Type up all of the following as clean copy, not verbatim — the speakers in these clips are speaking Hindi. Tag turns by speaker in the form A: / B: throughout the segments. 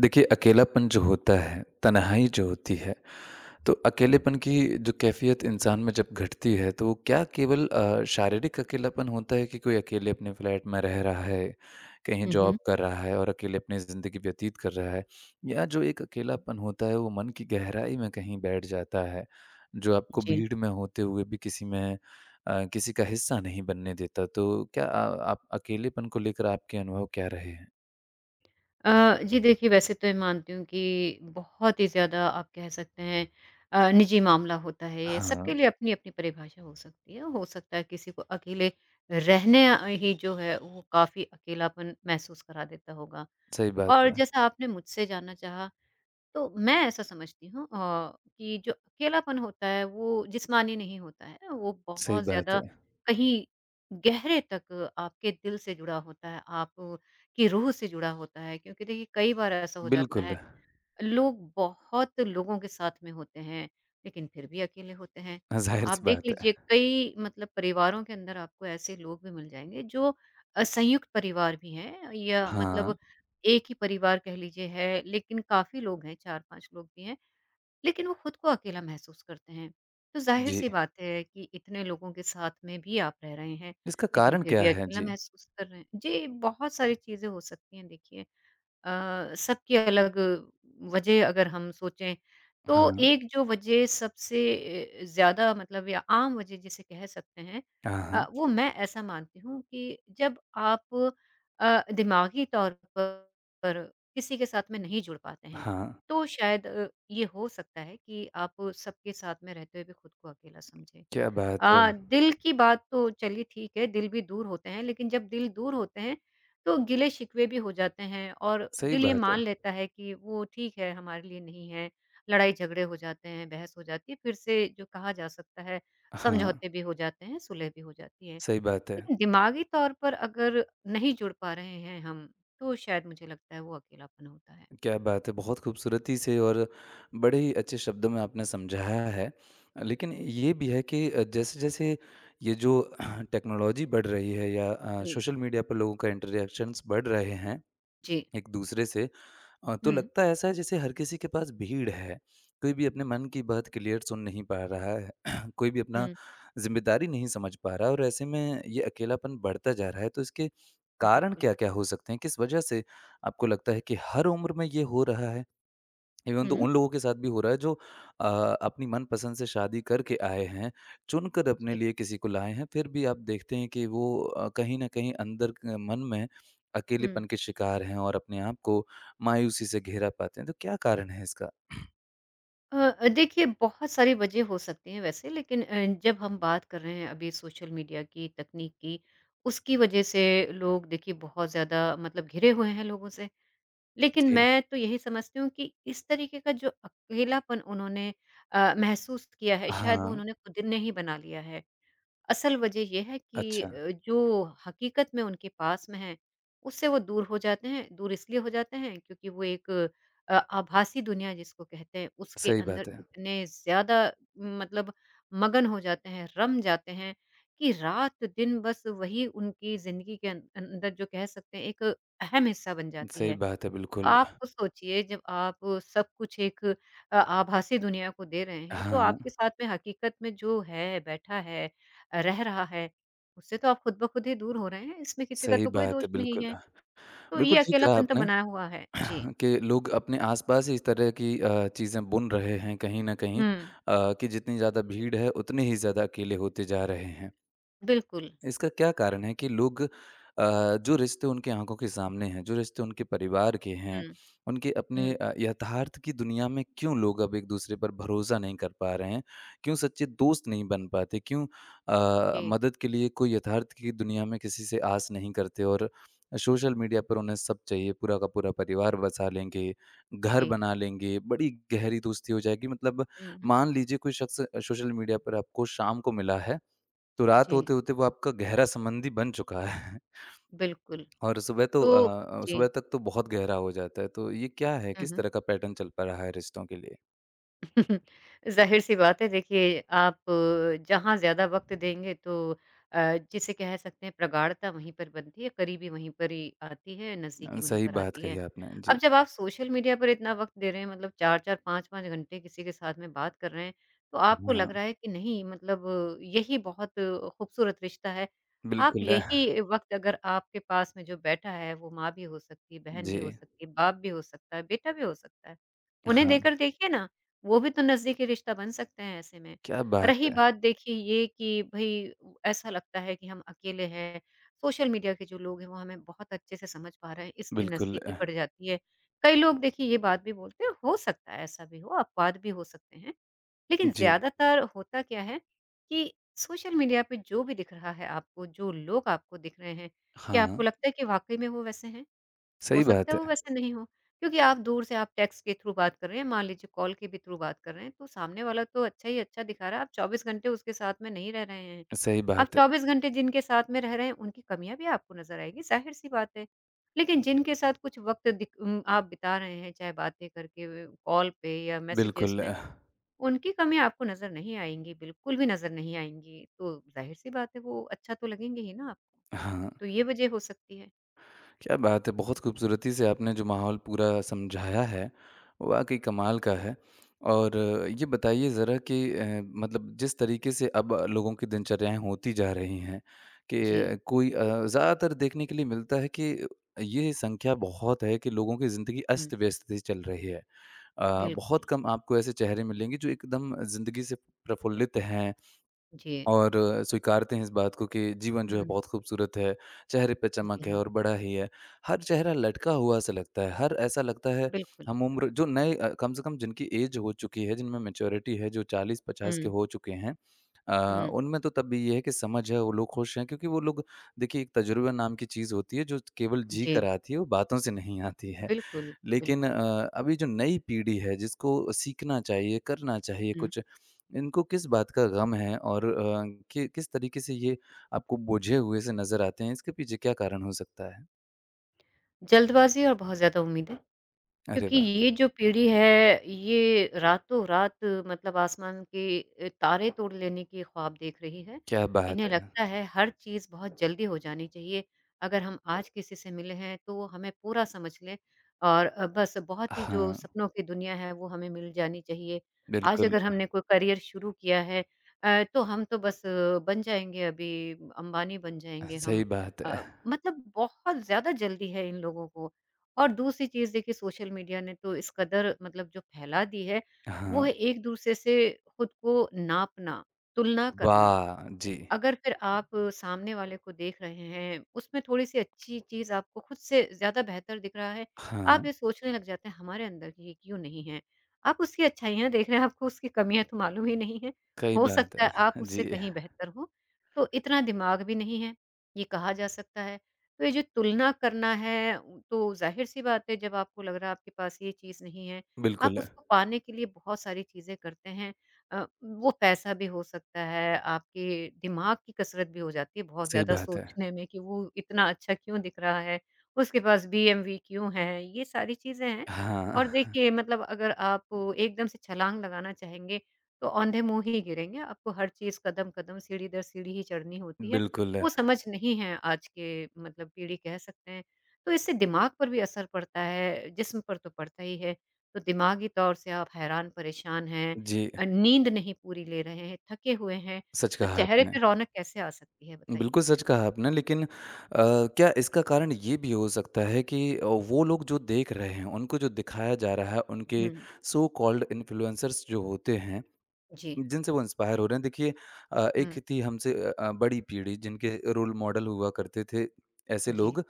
A: देखिए, अकेलापन जो होता है, तन्हाई जो होती है, तो अकेलेपन की जो कैफ़ियत इंसान में जब घटती है, तो वो क्या केवल शारीरिक अकेलापन होता है कि कोई अकेले अपने फ्लैट में रह रहा है, कहीं
B: हुँ, हुँ।
A: जॉब कर रहा है और अकेले अपनी ज़िंदगी व्यतीत कर रहा है? या जो एक अकेलापन होता है, वो मन की गहराई में कहीं बैठ जाता है, जो आपको
B: जी।
A: भीड़ में होते हुए भी किसी में किसी का हिस्सा नहीं बनने देता? तो क्या आप अकेलेपन को लेकर आपके अनुभव क्या रहे हैं?
B: अ, जी देखिए वैसे तो मैं मानती हूँ कि बहुत ही ज़्यादा आप कह सकते हैं निजी मामला होता है ये, सबके
A: हाँ,
B: लिए अपनी-अपनी परिभाषा हो सकती है। हो सकता है किसी को अकेले रहने ही जो है वो काफ़ी अकेलापन महसूस करा देता होगा।
A: सही बात
B: और
A: है।
B: जैसा आपने मुझसे जानना चाहा तो मैं ऐसा समझती हूँ कि जो अकेलापन होता है वो जिस्मानी नहीं होता है। वो
A: सही
B: बहुत
A: बात
B: ज़्यादा
A: है।
B: कहीं गहरे तक आपके दिल से जुड़ा होता है, आप की रूह से जुड़ा होता है। क्योंकि देखिए कई बार ऐसा हो जाता है
A: बिल्कुल,
B: लोग बहुत लोगों के साथ में होते हैं, लेकिन फिर भी अकेले होते हैं।
A: हाँ,
B: आप
A: ज़ाहिर-सी
B: देख
A: बात है।
B: लीजिए कई मतलब परिवारों के अंदर आपको ऐसे लोग भी मिल जाएँगे जो संयुक्त परिवार भी हैं या
A: हाँ,
B: मतलब एक ही परिवार कह लीजिए है, लेकिन काफ़ी लोग हैं, 4-5 लोग भी हैं, लेकिन वो खुद को अकेला महसूस करते हैं। तो
A: जी।
B: ज़ाहिर-सी बात है कि इतने लोगों के साथ में भी आप रह रहे हैं,
A: इसका
B: लेकिन
A: कारण
B: फिर
A: क्या
B: भी
A: है?
B: अकेला
A: जी।
B: महसूस कर रहे हैं। जी, बहुत सारी चीज़ें हो सकती हैं देखिए। सबकी अलग वजह अगर हम सोचें, तो
A: हाँ।
B: एक जो वजह सबसे ज़्यादा मतलब या आम वजह जिसे कह सकते हैं
A: हाँ, हाँ।
B: वो मैं ऐसा मानती हूँ कि जब आप दिमागी तौर पर किसी के साथ में नहीं जुड़ पाते हैं,
A: हाँ,
B: तो शायद ये हो सकता है कि आप सबके साथ में रहते हुए भी खुद को अकेला समझें।
A: क्या बात है!
B: दिल की बात तो चलिए ठीक है, दिल भी दूर होते हैं, लेकिन जब दिल दूर होते हैं, तो गिले-शिकवे भी हो जाते हैं और
A: सही
B: दिल ये
A: बात
B: मान
A: है।
B: लेता है कि वो ठीक है, हमारे लिए नहीं है। लड़ाई-झगड़े हो जाते हैं, बहस हो जाती है, फिर से जो कहा जा सकता है,
A: हाँ,
B: समझौते भी हो जाते हैं, सुलह भी हो जाती है।
A: सही बात है।
B: लेकिन दिमागी तौर पर अगर नहीं जुड़ पा रहे हैं हम, तो शायद मुझे लगता है वो अकेलापन होता है।
A: क्या बात है! बहुत खूबसूरती से और बड़े ही अच्छे शब्दों में आपने समझाया है। लेकिन ये भी है कि जैसे-जैसे ये जो टेक्नोलॉजी बढ़ रही है या
B: जी,
A: सोशल मीडिया पर लोगों का इंटरैक्शंस बढ़ रहे हैं
B: जी।
A: एक-दूसरे से, तो
B: हुँ,
A: लगता ऐसा है जैसे हर किसी के पास भीड़ है। कोई भी अपने मन की बात क्लियर सुन नहीं पा रहा है। कोई भी अपना
B: हुँ,
A: ज़िम्मेदारी नहीं समझ पा रहा है और ऐसे में ये अकेलापन बढ़ता जा रहा है। तो इसके कारण
B: बिल्कुल।
A: क्या-क्या हो सकते हैं? किस वजह से आपको लगता है कि हर उम्र में ये हो रहा है? इवन तो
B: हुँ।
A: उन लोगों के साथ भी हो रहा है जो अ, अपनी मनपसंद से शादी करके आए हैं, चुनकर अपने
B: जी।
A: लिए किसी को लाए हैं, फिर भी आप देखते हैं कि वो कहीं न कहीं अंदर क मन में
B: हुँ।
A: अकेलेपन के शिकार हैं और अपने आप को मायूसी से घेरा पाते हैं। तो क्या कारण है इसका?
B: देखिए बहुत सारी वजह हो सकती हैं वैसे लेकिन जब हम बात कर रहे हैं अभी सोशल मीडिया की तकनीक की उसकी वजह से लोग देखिए बहुत ज़्यादा मतलब घिरे हुए हैं लोगों से लेकिन
A: जी।
B: मैं तो यही समझती हूँ कि इस तरीके का जो अकेलापन उन्होंने महसूस किया है शायद वो
A: हाँ,
B: उन्होंने खुद ने ही बना लिया है असल वजह ये है कि
A: अच्छा।
B: जो हकीकत में उनके पास में है, उससे वो दूर हो जाते हैं। दूर इसलिए हो जाते हैं क्योंकि वो एक आभासी दुनिया जिसको कहते हैं उसके
A: सही
B: अंदर
A: बात है।
B: इतने ज़्यादा मतलब मगन हो जाते हैं, रम जाते हैं कि रात-दिन बस वही उनकी ज़िंदगी के अंदर जो कह सकते हैं एक अहम हिस्सा बन जाती
A: सही
B: है।
A: बात है, बिल्कुल।
B: आप खुद सोचिए जब आप सब कुछ एक आभासी दुनिया को दे रहे हैं, तो
A: हाँ,
B: आपके साथ में हकीकत में जो है, बैठा है, रह रहा है, उससे तो आप खुद ब खुद ही दूर हो रहे हैं, इसमें किसी का
A: सही
B: तो कोई
A: बात
B: दोष
A: है,
B: नहीं
A: बिल्कुल।
B: है। तो ये
A: बिल्कुल ठीक कहा
B: अकेलापन तो
A: आपने
B: बना हुआ है। जी।
A: कि लोग अपने आसपास ही इस तरह की चीज़ें बुन रहे हैं कहीं न कहीं,
B: हुँ,
A: कि जितनी ज़्यादा भीड़ है, उतने ही ज़्यादा अकेले होते जा रहे हैं।
B: बिल्कुल।
A: इसका क्या कारण है कि लोग अ, जो रिश्ते उनकी आँखों के सामने हैं, जो रिश्ते उनके परिवार के हैं,
B: हुँ,
A: उनके अपने
B: हुँ।
A: यथार्थ की दुनिया में क्यों लोग अब एक-दूसरे पर भरोसा नहीं कर पा रहे हैं? क्यों सच्चे दोस्त नहीं बन पाते? क्यों
B: जी,
A: मदद के लिए कोई यथार्थ की दुनिया में किसी से आस नहीं करते और सोशल मीडिया पर उन्हें सब चाहिए, पूरा का पूरा परिवार बसा लेंगे, घर
B: जी।
A: बना लेंगे, बड़ी गहरी दोस्ती हो जाएगी। मतलब
B: हुँ,
A: मान लीजिए कोई शख्स सोशल मीडिया पर आपको शाम को मिला है तो रात
B: जी,
A: होते-होते वो आपका गहरा संबंधी बन चुका है।
B: बिल्कुल।
A: और सुबह तो
B: तो जी।
A: सुबह तक तो बहुत गहरा हो जाता है। तो ये क्या है?
B: हुँ,
A: किस
B: हुँ।
A: तरह का पैटर्न चल पा रहा है रिश्तों के लिए?
B: ज़ाहिर-सी बात है देखिए, आप जहाँ ज़्यादा वक़्त देंगे तो जिसे कह सकते हैं प्रगाढ़ता वहीं पर बनती है, करीबी वहीं पर ही आती है, नज़दीकी वहीं
A: सही
B: पर
A: बात
B: आती है।
A: कही आपने। जी।
B: अब जब आप सोशल मीडिया पर इतना वक़्त दे रहे हैं मतलब 4-4, 5-5 घंटे किसी के साथ में बात कर रहे हैं, तो आपको
A: हाँ,
B: लग रहा है कि नहीं मतलब यही बहुत खूबसूरत रिश्ता है। आप
A: बिल्कुल। है
B: यही वक़्त अगर आपके पास में जो बैठा है वो माँ भी हो सकती है, बहन भी
A: जी,
B: हो सकती है, बाप भी हो सकता है, बेटा भी हो सकता है। उन्हें
A: हाँ।
B: देकर देखिए ना वो भी तो नज़दीकी रिश्ता बन सकते हैं ऐसे में।
A: क्या बात
B: रही
A: है!
B: बात देखिए ये कि भई ऐसा लगता है कि हम अकेले हैं, सोशल मीडिया के जो लोग हैं वो हमें बहुत अच्छे से समझ पा रहे हैं इसलिए
A: बिल्कुल
B: नज़दीकी
A: अ,
B: बढ़ जाती है। कई लोग देखिए ये बात भी बोलते हैं, हो सकता है ऐसा भी हो, अपवाद भी हो सकते हैं। लेकिन
A: जी,
B: ज़्यादातर होता क्या है कि सोशल मीडिया पे जो भी दिख रहा है आपको, जो लोग आपको दिख रहे हैं, क्या
A: हाँ।
B: आपको लगता है कि वाक़ई में वो वैसे हैं? हो
A: सही
B: सकता
A: बात
B: है
A: है,
B: वो वैसे नहीं हो, क्योंकि आप दूर से आप टेक्स्ट के थ्रू बात कर रहे हैं, मान लीजिए कॉल के भी थ्रू बात कर रहे हैं, तो सामने वाला तो अच्छा ही अच्छा दिखा रहा है, आप 24 घंटे उसके साथ में नहीं रह रहे हैं।
A: सही
B: आप
A: बात है।
B: 24 घंटे जिनके साथ में रह रहे हैं, उनकी कमियाँ भी आपको नज़र आएगी, ज़ाहिर-सी बात है। लेकिन जिनके साथ कुछ वक़्त आप बिता रहे हैं, चाहे बातें करके व कॉल पे या मैसेजेज़
A: बिल्कुल
B: में,
A: अ,
B: उनकी कमियाँ आपको नज़र नहीं आएँगी, बिल्कुल भी नज़र नहीं आएँगी, तो ज़ाहिर-सी बात है वो अच्छा तो लगेंगे ही ना आपको।
A: हाँ।
B: तो ये वजह हो सकती है।
A: क्या बात है! बहुत खूबसूरती से आपने जो माहौल पूरा समझाया है, वाक़ई कमाल का है। और ये बताइए ज़रा कि, मतलब जिस तरीके से अब लोगों की दिनचर्याएँ होती जा रही हैं कि
B: जी।
A: कोई, कोई ज़्यादातर देखने के लिए मिलता है कि ये संख्या बहुत है कि लोगों की ज़िंदगी
B: हुँ,
A: अस्त-व्यस्त सी चल रही है। बहुत
B: बिल्कुल।
A: कम आपको ऐसे चेहरे मिलेंगे जो एकदम ज़िंदगी से प्रफुल्लित हैं
B: जी।
A: और स्वीकारते हैं इस बात को कि जीवन जो है
B: हुँ,
A: बहुत खूबसूरत है, चेहरे पे
B: जी
A: चमक है
B: हाँ,
A: और बड़ा ही है। हर चेहरा लटका हुआ सा लगता है, हर ऐसा लगता है
B: बिल्कुल।
A: हम उम्र जो नए कम से कम जिनकी ऐज हो चुकी है, जिनमें मैच्योरिटी है, जो 40-50 के
B: हुँ,
A: हो चुके हैं,
B: हुँ,
A: उनमें तो तब भी ये है कि समझ है, वो लोग खुश हैं क्योंकि वो लोग देखिए एक तजुर्बा नाम की चीज़ होती है जो केवल जी कर
B: जी।
A: आती है, वो बातों से नहीं आती
B: जी,
A: है।
B: बिल्कुल,
A: लेकिन
B: बिल्कुल।
A: अभी जो नई पीढ़ी है जिसको सीखना चाहिए, करना चाहिए
B: हुँ,
A: कुछ, इनको किस बात का गम है और कि किस तरीके से ये आपको बोझे हुए से नज़र आते हैं? इसके पीछे क्या कारण हो सकता है?
B: जल्दबाज़ी और बहुत ज़्यादा उम्मीदें।
A: अरे
B: क्योंकि
A: वाह!
B: ये जो पीढ़ी है, ये रातों-रात मतलब आसमान के तारे तोड़ लेने के ख्वाब देख रही है।
A: क्या बात
B: इन्हें
A: है!
B: लगता है हर चीज़ बहुत जल्दी हो जानी चाहिए। अगर हम आज किसी से मिले हैं तो वो हमें पूरा समझ लें और बस बहुत ही जो
A: हाँ,
B: सपनों की दुनिया है वो हमें मिल जानी चाहिए। आज
A: बिल्कुल
B: अगर हमने कोई करियर शुरू किया है तो हम तो बस बन जाएँगे अभी अंबानी बन जाएँगे हम।
A: सही बात है।
B: मतलब बहुत ज़्यादा जल्दी है इन लोगों को। और दूसरी चीज़ देखिए सोशल मीडिया ने तो इस कदर मतलब जो फैला दी है, वो
A: हाँ,
B: है एक-दूसरे से खुद को नापना, तुलना करना।
A: वाह! जी।
B: अगर फिर आप सामने वाले को देख रहे हैं, उसमें थोड़ी-सी अच्छी चीज़ आपको खुद से ज़्यादा बेहतर दिख रहा है,
A: हाँ,
B: आप ये सोचने लग जाते हैं हमारे अंदर की ये क्यों नहीं है? आप उसकी अच्छाइयाँ देख रहे हैं, आपको उसकी कमियाँ तो मालूम ही नहीं है।
A: सही
B: हो
A: बात
B: सकता है आप
A: है।
B: उससे
A: जी,
B: कहीं बेहतर हो, तो इतना दिमाग भी नहीं है, ये कहा जा सकता है। तो ये जो तुलना करना है, तो ज़ाहिर-सी बात है जब आपको लग रहा है आपके पास ये चीज़ नहीं है, आप
A: बिल्कुल,
B: उसको पाने के लिए बहुत सारी चीज़ें करते हैं। वो पैसा भी हो सकता है, आपके दिमाग की कसरत भी हो जाती है बहुत
A: सही
B: ज़्यादा
A: बात है।
B: सोचने में कि वो इतना अच्छा क्यों दिख रहा है, उसके पास बीएमवी क्यों है, ये सारी चीज़ें हैं।
A: हाँ,
B: और देखिए मतलब अगर आप एकदम से छलांग लगाना चाहेंगे, तो औंधे-मुँह ही गिरेंगे, आपको हर चीज़ कदम-कदम, सीढ़ी दर सीढ़ी ही चढ़नी होती है।
A: बिल्कुल।
B: वो समझ नहीं है आज के मतलब पीढ़ी कह सकते हैं। तो इससे दिमाग पर भी असर पड़ता है, जिस्म पर तो पड़ता ही है। तो दिमागी तौर से आप हैरान-परेशान हैं
A: जी,
B: नींद नहीं पूरी ले रहे हैं, थके हुए हैं,
A: सच
B: तो
A: कहा
B: चेहरे
A: आपने।
B: पे रौनक कैसे आ सकती है बताइए?
A: बिल्कुल सच कहा आपने लेकिन क्या इसका कारण ये भी हो सकता है कि, वो लोग जो देख रहे हैं, उनको जो दिखाया जा रहा है, उनके
B: हुँ,
A: सो कॉल्ड इन्फ्लुएंसर्स जो होते हैं,
B: जी,
A: जिनसे वो इंस्पायर हो रहे हैं। देखिए,
B: हुँ,
A: एक थी हमसे बड़ी पीढ़ी जिनके रोल मॉडल हुआ करते थे ऐसे
B: जी,
A: लोग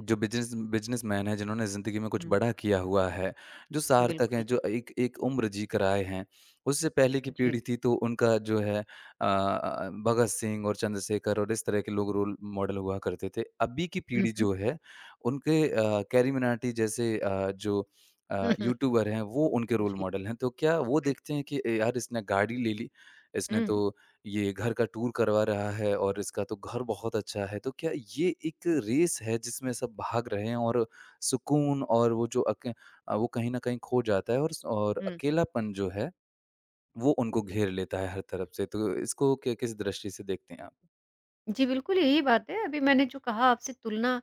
A: जो बिजनेसमैन हैं जिन्होंने ज़िंदगी में कुछ
B: हुँ,
A: बड़ा किया हुआ है, जो सार्थक
B: बिल्कुल,
A: हैं, जो एक एक उम्र जीकर आए हैं। उससे पहले की
B: जी।
A: पीढ़ी थी तो उनका जो है भगत सिंह और चंद्रशेखर और इस तरह के लोग रोल मॉडल हुआ करते थे। अभी की
B: हुँ,
A: पीढ़ी
B: हुँ।
A: जो है उनके, कैरी मिनाटी जैसे जो यूट्यूबर हैं वो उनके रोल
B: जी,
A: मॉडल हैं। तो क्या वो देखते
B: बिल्कुल।
A: हैं कि ए यार इसने गाड़ी ले ली, इसने तो
B: हुँ,
A: ये घर का टूर करवा रहा है और इसका तो घर बहुत अच्छा है। तो क्या ये एक रेस है जिसमें सब भाग रहे हैं और सुकून और वो जो अके अ, वो कहीं न कहीं खो जाता है और स और
B: हुँ।
A: अकेलापन जो है वो उनको घेर लेता है हर तरफ से। तो इसको कि किस दृष्टि से देखते हैं आप?
B: जी, बिल्कुल यही बात है। अभी मैंने जो कहा आपसे तुलना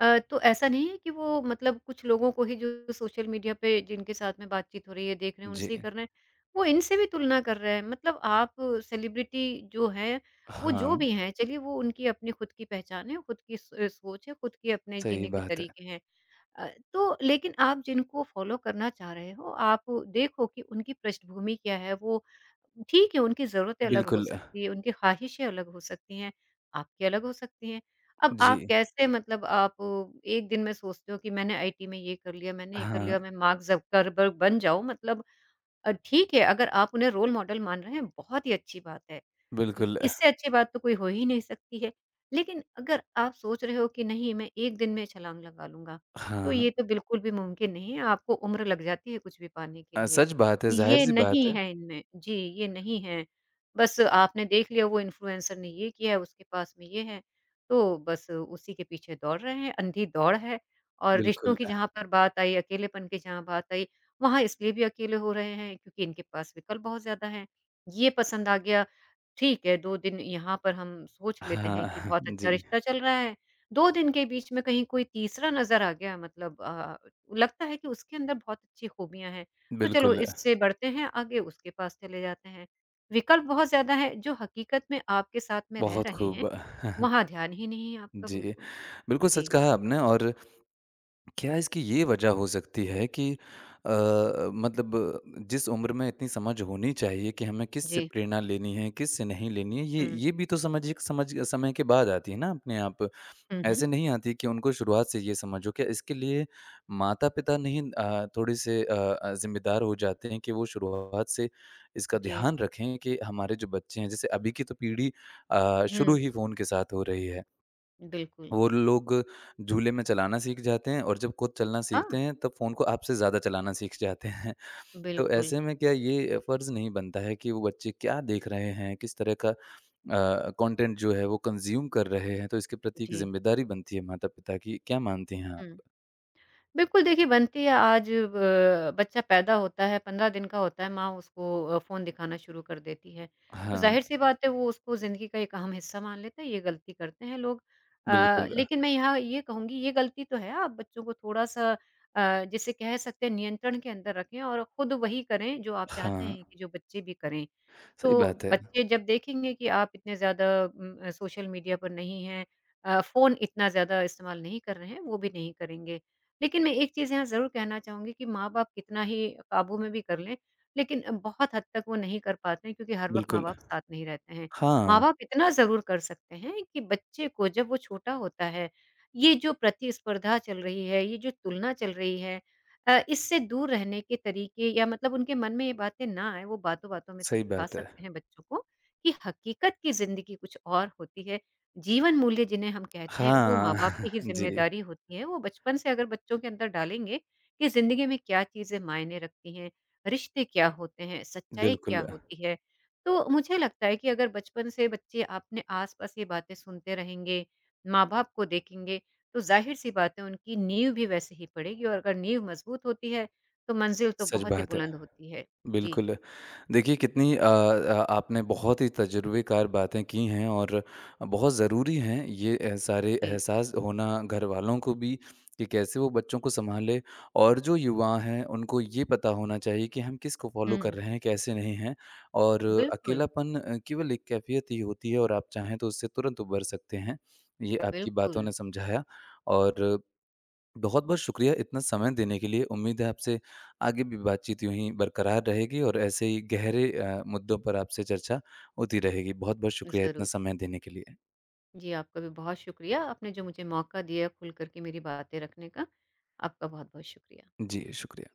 B: तो ऐसा नहीं है कि वो मतलब कुछ लोगों को ही जो सोशल मीडिया पे जिनके साथ में बातचीत हो रही है, देख रहे हैं,
A: जी।
B: उनसे ही कर रहे हैं, वो इनसे भी तुलना कर रहे हैं। मतलब आप सेलिब्रिटी जो हैं, वो जो
A: हाँ,
B: भी हैं, चलिए वो उनकी अपनी खुद की पहचान है, खुद की स सोच है, खुद के अपने
A: सही
B: जीने के
A: बात है।
B: तरीके हैं। अ, तो लेकिन आप जिनको फॉलो करना चाह रहे हो, आप देखो कि उनकी पृष्ठभूमि क्या है, वो ठीक है, उनकी ज़रूरतें अलग हो
A: बिल्कुल।
B: सकती हैं, उनकी ख़्वाहिशें अलग हो सकती हैं, आपकी अलग हो सकती हैं। अब
A: जी।
B: आप कैसे मतलब आप एक दिन में सोचते हो कि मैंने आईटी में ये कर लिया, मैंने ये कर
A: हाँ,
B: लिया, मैं मार्क ज़करबर्ग बन जाऊँ मतलब ठीक है, अगर आप उन्हें रोल मॉडल मान रहे हैं, बहुत ही अच्छी बात है। इ
A: बिल्कुल।
B: इससे अच्छी बात तो कोई हो ही नहीं सकती है। लेकिन अगर आप सोच रहे हो कि नहीं मैं 1 दिन में छलाँग लगा लूँगा, तो
A: हाँ।
B: ये तो बिल्कुल भी मुमकिन नहीं है, आपको उम्र लग जाती है कुछ भी पाने के लिए।
A: सच बात है,
B: ये
A: ज़ाहिर-सी
B: नहीं
A: बात है।
B: है इनमें जी, ये नहीं है। बस आपने देख लिया वो इन्फ्लुएंसर ने ये किया है, उसके पास में ये है, तो बस उसी के पीछे दौड़ रहे हैं, अंधी दौड़ है। और रिश्तों
A: बिल्कुल।
B: की जहाँ पर बात आई, अकेलेपन की जहाँ बात आई वहाँ इसलिए भी अकेले हो रहे हैं क्योंकि इनके पास विकल्प बहुत ज़्यादा हैं। ये पसंद आ गया, ठीक है 2 दिन यहाँ पर हम सोच लेते हैं कि
A: हाँ,
B: बहुत अच्छा
A: जी।
B: रिश्ता चल रहा है। 2 दिन के बीच में कहीं कोई तीसरा नज़र आ गया मतलब लगता है कि उसके अंदर बहुत अच्छी खूबियाँ हैं, तो चलो
A: बिल्कुल।
B: इससे बढ़ते हैं आगे उसके पास चले जाते हैं। विकल्प बहुत ज़्यादा है जो हकीकत में आपके साथ में रह
A: बहुत
B: रहे
A: खूब।
B: हैं, वहाँ ध्यान ही नहीं है आपका
A: जी,
B: बिल्कुल।
A: बिल्कुल सच
B: जी,
A: कहा आपने और क्या इसकी ये वजह हो सकती है कि, मतलब जिस उम्र में इतनी समझ होनी चाहिए कि हमें किससे
B: जी।
A: प्रेरणा लेनी है, किससे नहीं लेनी है, ये
B: हुँ,
A: ये भी तो समझ एक समझ समय के बाद आती है ना अपने आप।
B: हुँ, हुँ।
A: ऐसे नहीं आती कि उनको शुरुआत से ये समझ हो। क्या इसके लिए माता-पिता नहीं, थोड़े से ज़िम्मेदार हो जाते हैं कि वो शुरुआत से इसका
B: जी।
A: ध्यान रखें कि हमारे जो बच्चे हैं जैसे अभी की तो पीढ़ी,
B: हुँ,
A: शुरू ही फ़ोन के साथ हो रही है।
B: बिल्कुल।
A: वो लोग झूले में चलाना सीख जाते हैं और जब खुद चलना
B: हाँ।
A: सीखते हैं तब फ़ोन को आपसे ज़्यादा चलाना सीख जाते हैं। तो
B: बिल्कुल,
A: ऐसे में क्या ये फ़र्ज़ नहीं बनता है कि वो बच्चे क्या देख रहे हैं, किस तरह का, कंटेंट जो है वो कंज़्यूम कर रहे हैं, तो इसके प्रति एक
B: जी।
A: ज़िम्मेदारी बनती है माता-पिता की। क्या मानती हैं आप?
B: हुँ। बिल्कुल, देखिए बनती है आज ब बच्चा पैदा होता है, 15 दिन का होता है, माँ उसको फ़ोन दिखाना शुरू कर देती है। तो
A: हाँ,
B: ज़ाहिर-सी बात है वो उसको ज़िंदगी का एक अहम हिस्सा मान लेता है, ये गलती करते हैं लोग।
A: बिल्कुल।
B: लेकिन मैं यहाँ ये कहूँगी ये गलती तो है, आप बच्चों को थोड़ा-सा जिसे कह सकते हैं नियंत्रण के अंदर रखें और खुद वही करें जो आप चाहते
A: हाँ,
B: हैं कि जो बच्चे भी करें।
A: सही
B: तो
A: बात है।
B: बच्चे जब देखेंगे कि आप इतने ज़्यादा सोशल मीडिया पर नहीं हैं फ़ोन इतना ज़्यादा इस्तेमाल नहीं कर रहे हैं, वो भी नहीं करेंगे। लेकिन मैं एक चीज़ यहाँ ज़रूर कहना चाहूँगी कि माँ-बाप कितना ही काबू में भी कर लें, लेकिन बहुत हद तक वो नहीं कर पाते हैं क्योंकि हर वक़्त
A: बिल्कुल।
B: माँ-बाप साथ नहीं रहते हैं।
A: हाँ,
B: माँ-बाप इतना ज़रूर कर सकते हैं कि बच्चे को जब वो छोटा होता है, ये जो प्रतिस्पर्धा चल रही है, ये जो तुलना चल रही है, इससे दूर रहने के तरीके या मतलब उनके मन में ये बातें ना आए, वो बातों-बातों में
A: सही
B: सिखा
A: बात है।
B: सकते हैं बच्चों को कि हकीकत की ज़िंदगी कुछ और होती है। जीवन मूल्य जिन्हें हम कहते हैं, वो
A: हाँ,
B: माँ-बाप की ही
A: जी,
B: ज़िम्मेदारी होती है। वो बचपन से अगर बच्चों के अंदर डालेंगे कि ज़िंदगी में क्या चीज़ें मायने रखती हैं, रिश्ते क्या होते हैं, सच्चाई क्या
A: बिल्कुल।
B: होती है। तो मुझे लगता है कि अगर बचपन से बच्चे अपने आस-पास ये बातें सुनते रहेंगे, माँ-बाप को देखेंगे, तो ज़ाहिर-सी बात है उनकी नींव भी वैसे ही पड़ेगी और अगर नींव मज़बूत होती है, तो मंज़िल तो
A: सच
B: बहुत ही
A: बात है।
B: बुलंद होती है। जी,
A: बिल्कुल। देखिए कितनी आपने बहुत ही तजुर्बेकार बातें की हैं और बहुत ज़रूरी हैं ये, सारे
B: जी।
A: एहसास होना घरवालों को भी कि कैसे वो बच्चों को सँभालें और जो युवा हैं उनको ये पता होना चाहिए कि हम किसको फ़ॉलो
B: हुँ,
A: कर रहे हैं, कैसे नहीं हैं और
B: बिल्कुल,
A: अकेलापन, केवल एक कैफ़ियत ही होती है और आप चाहें तो उससे तुरंत उबर सकते हैं। ये आपकी
B: बिल्कुल,
A: बातों ने समझाया और बहुत-बहुत शुक्रिया इतना समय देने के लिए। उम्मीद है आपसे आगे भी बातचीत यूँ ही बरकरार रहेगी और ऐसे ही गहरे, मुद्दों पर आपसे चर्चा होती रहेगी। बहुत-बहुत शुक्रिया इतना
B: ज़रूर।
A: समय देने के लिए।
B: जी, आपका भी बहुत शुक्रिया, आपने जो मुझे मौका दिया खुल कर के मेरी बातें रखने का, आपका बहुत-बहुत शुक्रिया।
A: जी, शुक्रिया।